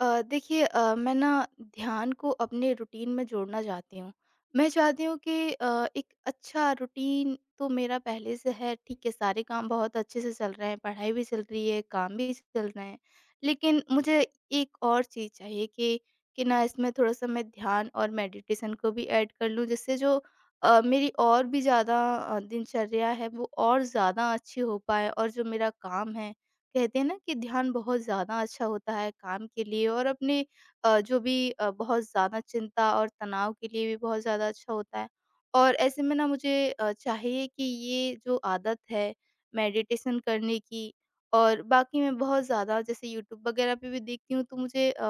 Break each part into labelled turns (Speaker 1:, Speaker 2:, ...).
Speaker 1: देखिए मैं ना ध्यान को अपने रूटीन में जोड़ना चाहती हूँ। मैं चाहती हूँ कि एक अच्छा रूटीन तो मेरा पहले से है, ठीक है, सारे काम बहुत अच्छे से चल रहे हैं, पढ़ाई भी चल रही है, काम भी चल रहे हैं। लेकिन मुझे एक और चीज़ चाहिए कि ना इसमें थोड़ा-सा मैं ध्यान और मेडिटेशन को भी ऐड कर लूँ, जिससे जो मेरी और भी ज़्यादा दिनचर्या है, वो और ज़्यादा अच्छी हो पाए। और जो मेरा काम है, कहते हैं ना कि ध्यान बहुत ज़्यादा अच्छा होता है काम के लिए और अपने जो भी बहुत ज़्यादा चिंता और तनाव के लिए भी बहुत ज़्यादा अच्छा होता है। और ऐसे में ना मुझे चाहिए कि ये जो आदत है मेडिटेशन करने की। और बाकी मैं बहुत ज़्यादा जैसे यूट्यूब वगैरह पे भी देखती हूँ, तो मुझे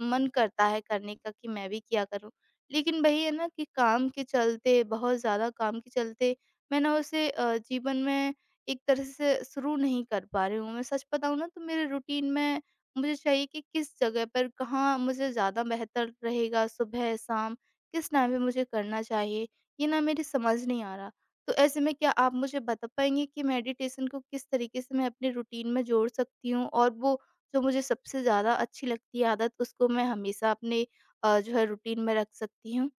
Speaker 1: मन करता है करने का कि मैं भी किया करूँ। लेकिन वही है ना कि काम के चलते, बहुत ज़्यादा काम के चलते मैं ना उसे जीवन में एक तरह से शुरू नहीं कर पा रही हूँ। मैं सच बताऊँ ना, तो मेरे रूटीन में मुझे चाहिए कि किस जगह पर, कहाँ मुझे ज़्यादा बेहतर रहेगा, सुबह, शाम, किस टाइम पे मुझे करना चाहिए, ये ना मेरी समझ नहीं आ रहा। तो ऐसे में क्या आप मुझे बता पाएँगे कि मेडिटेशन को किस तरीके से मैं अपने रूटीन में जोड़ सकती हूँ? और वो जो मुझे सबसे ज़्यादा अच्छी लगती है आदत, उसको मैं हमेशा अपने जो है रूटीन में रख सकती हूँ?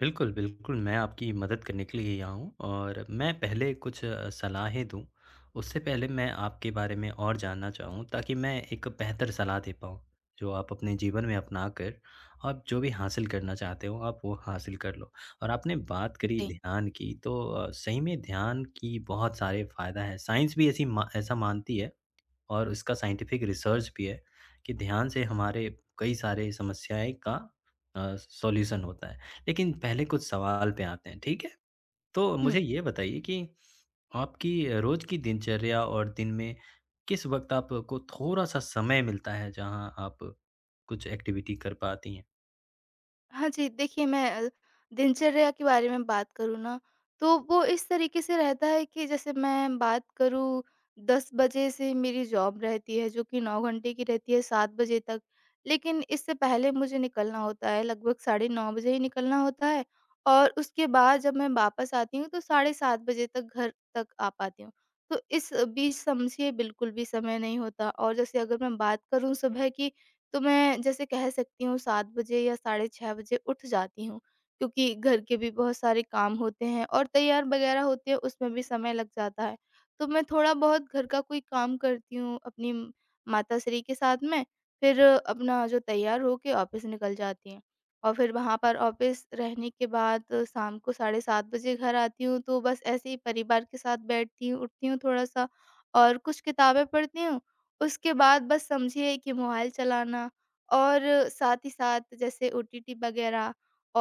Speaker 2: बिल्कुल, बिल्कुल, मैं आपकी मदद करने के लिए ही यहाँ हूँ और मैं पहले कुछ सलाहें दूँ, उससे पहले मैं आपके बारे में और जानना चाहूँ ताकि मैं एक बेहतर सलाह दे पाऊँ, जो आप अपने जीवन में अपना कर आप जो भी हासिल करना चाहते हो, आप वो हासिल कर लो। और आपने बात करी
Speaker 1: जी।
Speaker 2: ध्यान की, तो सही में ध्यान की बहुत सारे फ़ायदा है, साइंस भी ऐसी मा ऐसा मानती है। और इसका साइंटिफिक रिसर्च भी है कि ध्यान से हमारे कई सारे समस्याएँ का सॉल्यूशन होता है। लेकिन पहले कुछ सवाल पे आते हैं, ठीक है? तो मुझे
Speaker 1: हुँ।
Speaker 2: ये बताइए कि आपकी रोज़ की दिनचर्या और दिन में किस वक़्त आपको थोड़ा-सा समय मिलता है, जहाँ आप कुछ एक्टिविटी कर पाती हैं?
Speaker 1: हाँ जी, देखिए मैं दिनचर्या के बारे में बात करूँ ना, तो वो इस तरीके से रहता है कि जैसे मैं बात करूँ, 10 बजे से मेरी जॉब रहती है, जो कि 9 घंटे की रहती है, 7 बजे तक। लेकिन इससे पहले मुझे निकलना होता है, लगभग साढ़े 9 बजे ही निकलना होता है। और उसके बाद जब मैं वापस आती हूँ तो साढ़े 7 बजे तक घर तक आ पाती हूँ। तो इस बीच समझिए बिल्कुल भी समय नहीं होता। और जैसे अगर मैं बात करूँ सुबह की, तो मैं जैसे कह सकती हूँ 7 बजे या साढ़े 6 बजे उठ जाती हूँ, क्योंकि घर के भी बहुत सारे काम होते हैं और तैयार वगैरह होती है, उसमें भी समय लग जाता है। तो मैं थोड़ा-बहुत घर का कोई काम करती हूँ अपनी माताश्री के साथ में, फिर अपना जो तैयार होके ऑफ़िस निकल जाती हैं। और फिर वहाँ पर ऑफ़िस रहने के बाद शाम को साढ़े 7 बजे घर आती हूँ, तो बस ऐसे ही परिवार के साथ बैठती हूँ, उठती हूँ थोड़ा-सा और कुछ किताबें पढ़ती हूँ। उसके बाद बस समझिए कि मोबाइल चलाना और साथ ही साथ जैसे ओटीटी वगैरह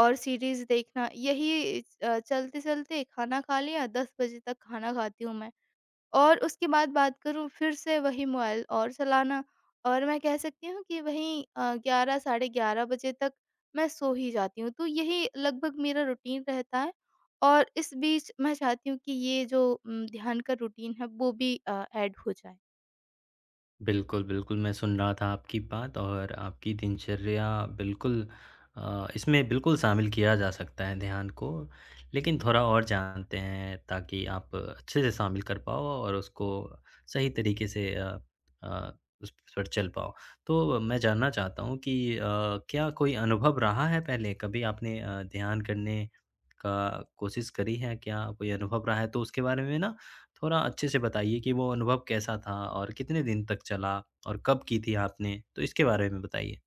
Speaker 1: और सीरीज़ देखना, यही चलते-चलते खाना खा लिया, 10 बजे तक खाना खाती हूँ मैं। और उसके बाद बात करूँ फिर से वही मोबाइल और चलाना। और मैं कह सकती हूँ कि वहीं 11 साढ़े 11 बजे तक मैं सो ही जाती हूँ। तो यही लगभग मेरा रूटीन रहता है। और इस बीच मैं चाहती हूँ कि ये जो ध्यान का रूटीन है वो भी ऐड हो जाए।
Speaker 2: बिल्कुल, बिल्कुल, मैं सुन रहा था आपकी बात और आपकी दिनचर्या बिल्कुल इसमें बिल्कुल शामिल किया जा सकता है ध्यान को। लेकिन थोड़ा और जानते हैं ताकि आप अच्छे से शामिल कर पाओ और उसको सही तरीके से अ, उस पर चल पाओ। तो मैं जानना चाहता हूँ कि क्या कोई अनुभव रहा है पहले? कभी आपने ध्यान करने का कोशिश करी है क्या? कोई अनुभव रहा है तो उसके बारे में ना थोड़ा अच्छे से बताइए कि वो अनुभव कैसा था और कितने दिन तक चला और कब की थी आपने? तो इसके बारे में बताइए।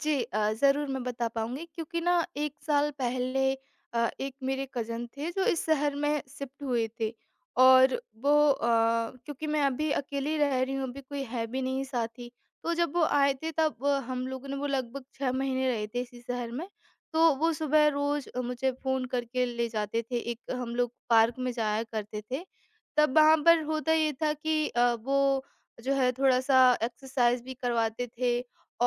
Speaker 1: जी, ज़रूर मैं बता पाऊँगी, क्योंकि ना 1 साल पहले एक मेरे कज़न थे जो इस शहर में शिफ्ट हुए थे। और वो क्योंकि मैं अभी अकेली रह रही हूँ, अभी कोई है भी नहीं साथी। तो जब वो आए थे तब हम लोगों ने वो लगभग 6 महीने रहे थे इसी शहर में। तो वो सुबह रोज़ मुझे फ़ोन करके ले जाते थे, एक हम लोग पार्क में जाया करते थे। तब वहाँ पर होता ये था कि वो जो है थोड़ा-सा एक्सरसाइज़ भी करवाते थे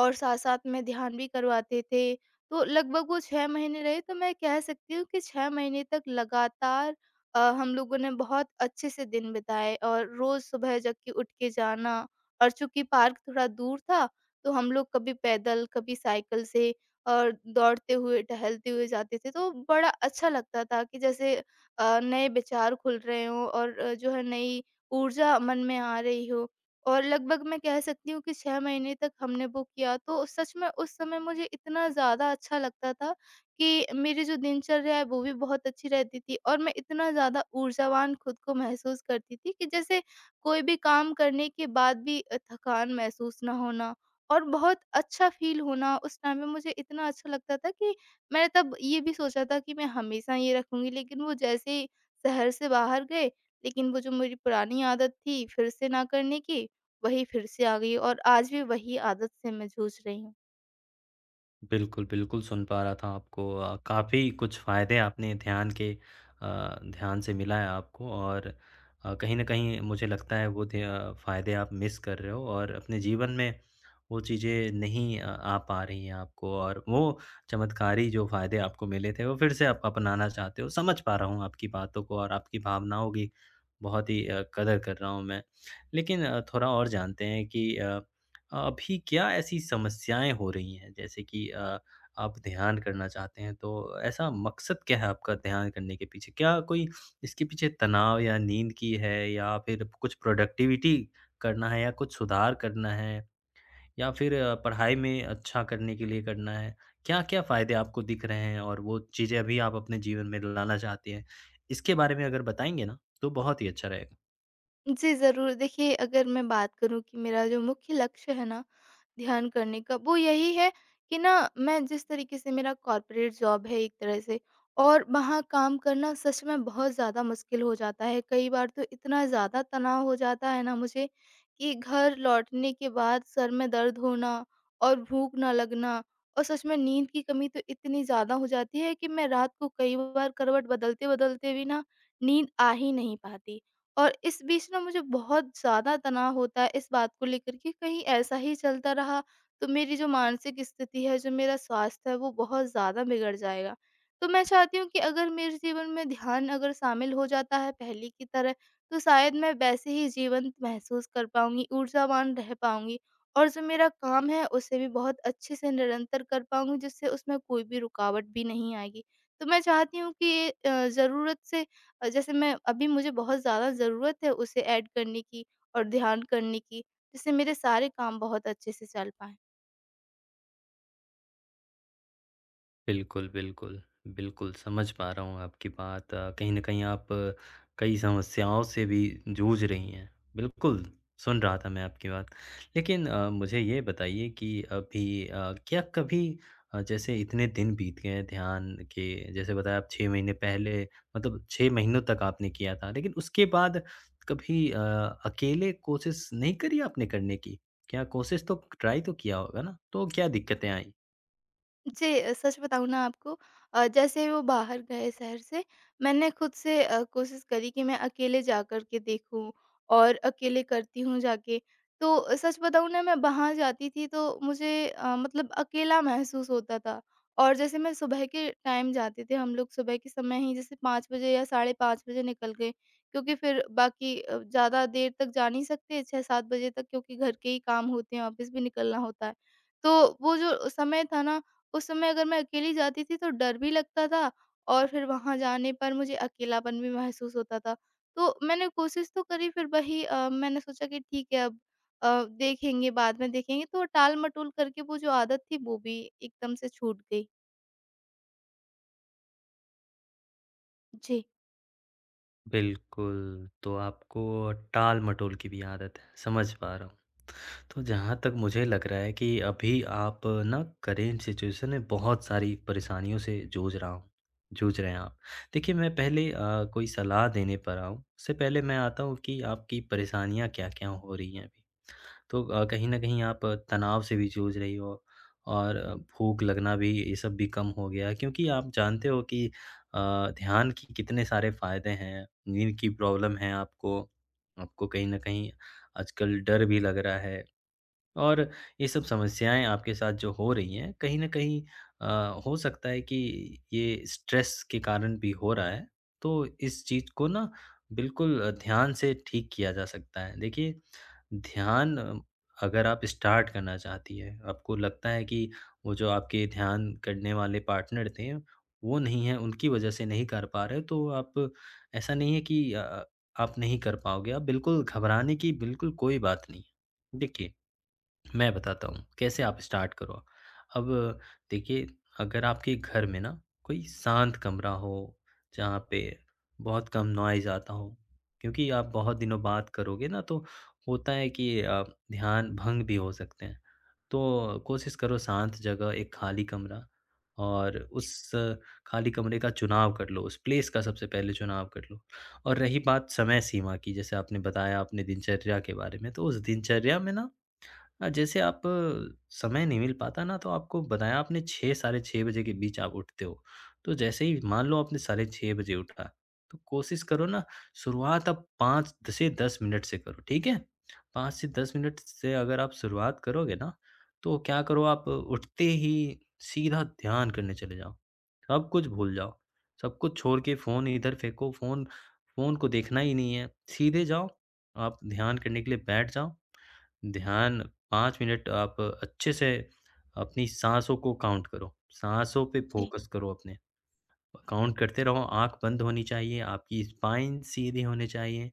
Speaker 1: और साथ-साथ में ध्यान भी करवाते थे। तो लगभग वो 6 महीने रहे, तो मैं कह सकती हूँ कि 6 महीने तक लगातार हम लोगों ने बहुत अच्छे से दिन बिताए। और रोज़ सुबह जग के उठ के जाना, और चूँकि पार्क थोड़ा दूर था, तो हम लोग कभी पैदल, कभी साइकिल से और दौड़ते हुए, टहलते हुए जाते थे। तो बड़ा अच्छा लगता था कि जैसे नए विचार खुल रहे हों और जो है नई ऊर्जा मन में आ रही हो। और लगभग मैं कह सकती हूँ कि 6 महीने तक हमने वो किया, तो सच में उस समय मुझे इतना ज़्यादा अच्छा लगता था कि मेरी जो दिनचर्या है वो भी बहुत अच्छी रहती थी और मैं इतना ज़्यादा ऊर्जावान खुद को महसूस करती थी कि जैसे कोई भी काम करने के बाद भी थकान महसूस ना होना और बहुत अच्छा फ़ील होना। उस टाइम में मुझे इतना अच्छा लगता था कि मैंने तब ये भी सोचा था कि मैं हमेशा ये रखूँगी, लेकिन वो जैसे ही शहर से बाहर गए, लेकिन वो जो मेरी पुरानी आदत थी फिर से ना करने की, वही फिर से आ गई और आज भी वही आदत से मैं जूझ रही हूँ।
Speaker 2: बिल्कुल, बिल्कुल सुन पा रहा था आपको काफ़ी कुछ फ़ायदे आपने ध्यान के ध्यान से मिला है आपको और कहीं न कहीं मुझे लगता है वो ध्य फ़ायदे आप मिस कर रहे हो और अपने जीवन में वो चीज़ें नहीं आ पा रही हैं आपको और वो चमत्कारी जो फ़ायदे आपको मिले थे वो फिर से आप अपनाना चाहते हो। समझ पा रहा हूँ आपकी बातों को और आपकी भावनाओं की बहुत ही कदर कर रहा हूँ मैं। लेकिन थोड़ा और जानते हैं कि अभी क्या ऐसी समस्याएँ हो रही हैं? जैसे कि आप ध्यान करना चाहते हैं, तो ऐसा मकसद क्या है आपका ध्यान करने के पीछे? क्या कोई इसके पीछे तनाव या नींद की है या फिर कुछ प्रोडक्टिविटी करना है या कुछ सुधार करना है या फिर पढ़ाई में अच्छा करने के लिए करना है? क्या-क्या फ़ायदे आपको दिख रहे हैं और वो चीज़ें अभी आप अपने जीवन में लाना चाहते हैं? इसके बारे में अगर बताएँगे ना, तो बहुत ही अच्छा रहे।
Speaker 1: जी, ज़रूर। देखिए, अगर मैं बात करूँ कि मेरा जो मुख्य लक्ष्य है ना, ध्यान करने का, वो यही है कि ना, मैं जिस तरीके से मेरा कॉर्पोरेट जॉब है एक तरह से, और वहाँ काम करना सच में बहुत ज़्यादा मुश्किल हो जाता है। कई बार तो इतना ज़्यादा तनाव हो जाता है ना मुझे कि घर लौटने के बाद सर में दर्द होना और भूख ना लगना, और सच में नींद की कमी तो इतनी ज़्यादा हो जाती है कि मैं रात को कई बार करवट बदलते-बदलते भी ना, नींद आ ही नहीं पाती। और इस बीच ना मुझे बहुत ज़्यादा तनाव होता है इस बात को लेकर के, कहीं ऐसा ही चलता रहा तो मेरी जो मानसिक स्थिति है, जो मेरा स्वास्थ्य है वो बहुत ज़्यादा बिगड़ जाएगा। तो मैं चाहती हूँ कि अगर मेरे जीवन में ध्यान अगर शामिल हो जाता है पहले की तरह, तो शायद मैं वैसे ही जीवंत महसूस कर पाऊँगी, ऊर्जावान रह पाऊँगी और जो मेरा काम है उसे भी बहुत अच्छे से निरंतर कर पाऊँगी, जिससे उसमें कोई भी रुकावट भी नहीं आएगी। तो मैं चाहती हूँ कि ये ज़रूरत से जैसे मैं अभी, मुझे बहुत ज़्यादा ज़रूरत है उसे ऐड करने की और ध्यान करने की, जिससे मेरे सारे काम बहुत अच्छे से चल पाएँ।
Speaker 2: बिल्कुल, बिल्कुल। बिल्कुल, समझ पा रहा हूँ आपकी बात। कहीं न कहीं आप कई समस्याओं से भी जूझ रही हैं। बिल्कुल, सुन रहा था मैं आपकी बात। लेकिन मुझे ये बताइए कि अभी क्या कभी जैसे इतने दिन बीत गए हैं ध्यान के जैसे बताया आप 6 महीने पहले मतलब 6 महीनों तक आपने किया था। लेकिन उसके बाद कभी अकेले कोशिश नहीं करी आपने करने की? क्या कोशिश तो ट्राई तो किया होगा ना? तो क्या दिक्कतें आई?
Speaker 1: जी, सच बताऊँ ना आपको, जैसे वो बाहर गए शहर से, मैंने खुद से कोशिश करी कि मैं अकेले जा कर के देखूँ और अकेले करती हूँ जाके। तो सच बताऊँ ना, मैं वहाँ जाती थी तो मुझे मतलब अकेला महसूस होता था। और जैसे मैं सुबह के टाइम जाते थे हम लोग सुबह के समय ही, जैसे 5 बजे या साढ़े 5 बजे निकल गए, क्योंकि फिर बाकी ज़्यादा देर तक जा नहीं सकते, 6-7 बजे तक, क्योंकि घर के ही काम होते हैं, ऑफ़िस भी निकलना होता है। तो वो जो समय था ना, उस समय अगर मैं अकेली जाती थी तो डर भी लगता था, और फिर वहाँ जाने पर मुझे अकेलापन भी महसूस होता था। तो मैंने कोशिश तो करी, फिर वही मैंने सोचा कि ठीक है, अब देखेंगे, बाद में देखेंगे, तो टाल-मटोल करके वो जो आदत थी वो भी एकदम से छूट गई। जी।
Speaker 2: बिल्कुल, तो आपको टाल-मटोल की भी आदत है, समझ पा रहा हूँ। तो जहाँ तक मुझे लग रहा है कि अभी आप ना करेंट सिचुएशन में बहुत सारी परेशानियों से जूझ रहा हूँ जूझ रहे हैं आप। देखिए मैं पहले कोई सलाह देने पर आऊँ, उससे पहले मैं आता हूँ कि आपकी परेशानियाँ क्या-क्या हो रही हैं अभी। तो कहीं न कहीं आप तनाव से भी जूझ रही हो और भूख लगना भी ये सब भी कम हो गया क्योंकि आप जानते हो कि ध्यान के कितने सारे फ़ायदे हैं, नींद की प्रॉब्लम है आपको, आपको कहीं न कहीं आजकल डर भी लग रहा है और ये सब समस्याएँ आपके साथ जो हो रही हैं, कहीं न कहीं हो सकता है कि ये स्ट्रेस के कारण भी हो रहा है। तो इस चीज़ को ना बिल्कुल ध्यान से ठीक किया जा सकता है। देखिए ध्यान अगर आप स्टार्ट करना चाहती है, आपको लगता है कि वो जो आपके ध्यान करने वाले पार्टनर थे, वो नहीं हैं, उनकी वजह से नहीं कर पा रहे हो, तो आप ऐसा नहीं है कि आप नहीं कर पाओगे। आप बिल्कुल घबराने की बिल्कुल कोई बात नहीं है। देखिए मैं बताता हूँ, कैसे आप स्टार्ट करो। अब देखिए, अगर आपके घर में ना कोई शांत कमरा हो, जहाँ पे बहुत कम नॉइज़ आता हो, क्योंकि आप बहुत दिनों बाद करोगे ना तो होता है कि ध्यान भंग भी हो सकते हैं। तो कोशिश करो शांत जगह, एक खाली कमरा और खाली कमरे का चुनाव कर लो, उस प्लेस का सबसे पहले चुनाव कर लो। और रही बात समय सीमा की, जैसे आपने बताया अपने दिनचर्या के बारे में, तो उस दिनचर्या में ना जैसे आप समय नहीं मिल पाता ना तो आपको बताया आपने 6 साढ़े 6 बजे के बीच आप उठते हो। तो जैसे ही मान लो आपने साढ़े 6 बजे उठा, तो कोशिश करो ना शुरुआत आप 5 द से 10 मिनट से करो, ठीक है? 5 से 10 मिनट से अगर आप शुरुआत करोगे ना, तो क्या करो आप उठते ही सीधा ध्यान करने चले जाओ। सब कुछ भूल जाओ, सब कुछ छोड़ के फ़ोन इधर फेंको, फ़ोन फ़ोन को देखना ही नहीं है। सीधे जाओ, आप ध्यान करने के लिए बैठ जाओ। ध्यान 5 मिनट आप अच्छे से अपनी साँसों को काउंट करो, साँसों पे
Speaker 1: जी।
Speaker 2: फोकस करो अपने। काउंट करते रहो, आँख बंद होनी चाहिए, आपकी स्पाइन सीधी होनी चाहिए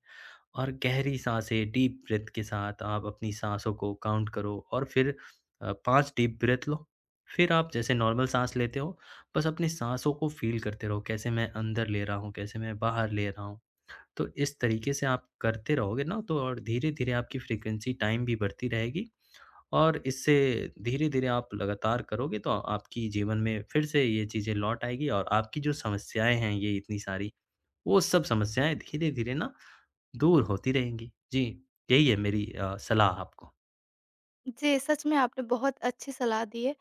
Speaker 2: और गहरी साँसें डीप ब्रीथ के साथ आप अपनी साँसों को काउंट करो और फिर 5 डीप ब्रीथ लो। फिर आप जैसे नॉर्मल साँस लेते हो, बस अपनी साँसों को फ़ील करते रहो, कैसे मैं अंदर ले रहा हूँ, कैसे मैं बाहर ले रहा हूँ। तो इस तरीके से आप करते रहोगे ना तो और धीरे-धीरे आपकी फ्रीक्वेंसी टाइम भी बढ़ती रहेगी और इससे धीरे-धीरे आप लगातार करोगे तो आपकी जीवन में फिर से ये चीज़ें लौट आएगी और आपकी जो समस्याएँ हैं ये इतनी सारी, वो सब समस्याएँ धीरे-धीरे ना दूर होती रहेंगी। जी, यही है मेरी सलाह आपको।
Speaker 1: जी, सच में आपने बहुत अच्छी सलाह दी है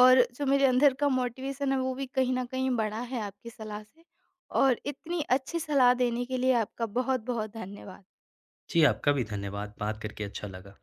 Speaker 1: और जो मेरे अंदर का मोटिवेशन है वो भी कहीं न कहीं बढ़ा है आपकी सलाह से, और इतनी अच्छी सलाह देने के लिए आपका बहुत-बहुत धन्यवाद।
Speaker 2: जी, आपका भी धन्यवाद, बात करके अच्छा लगा।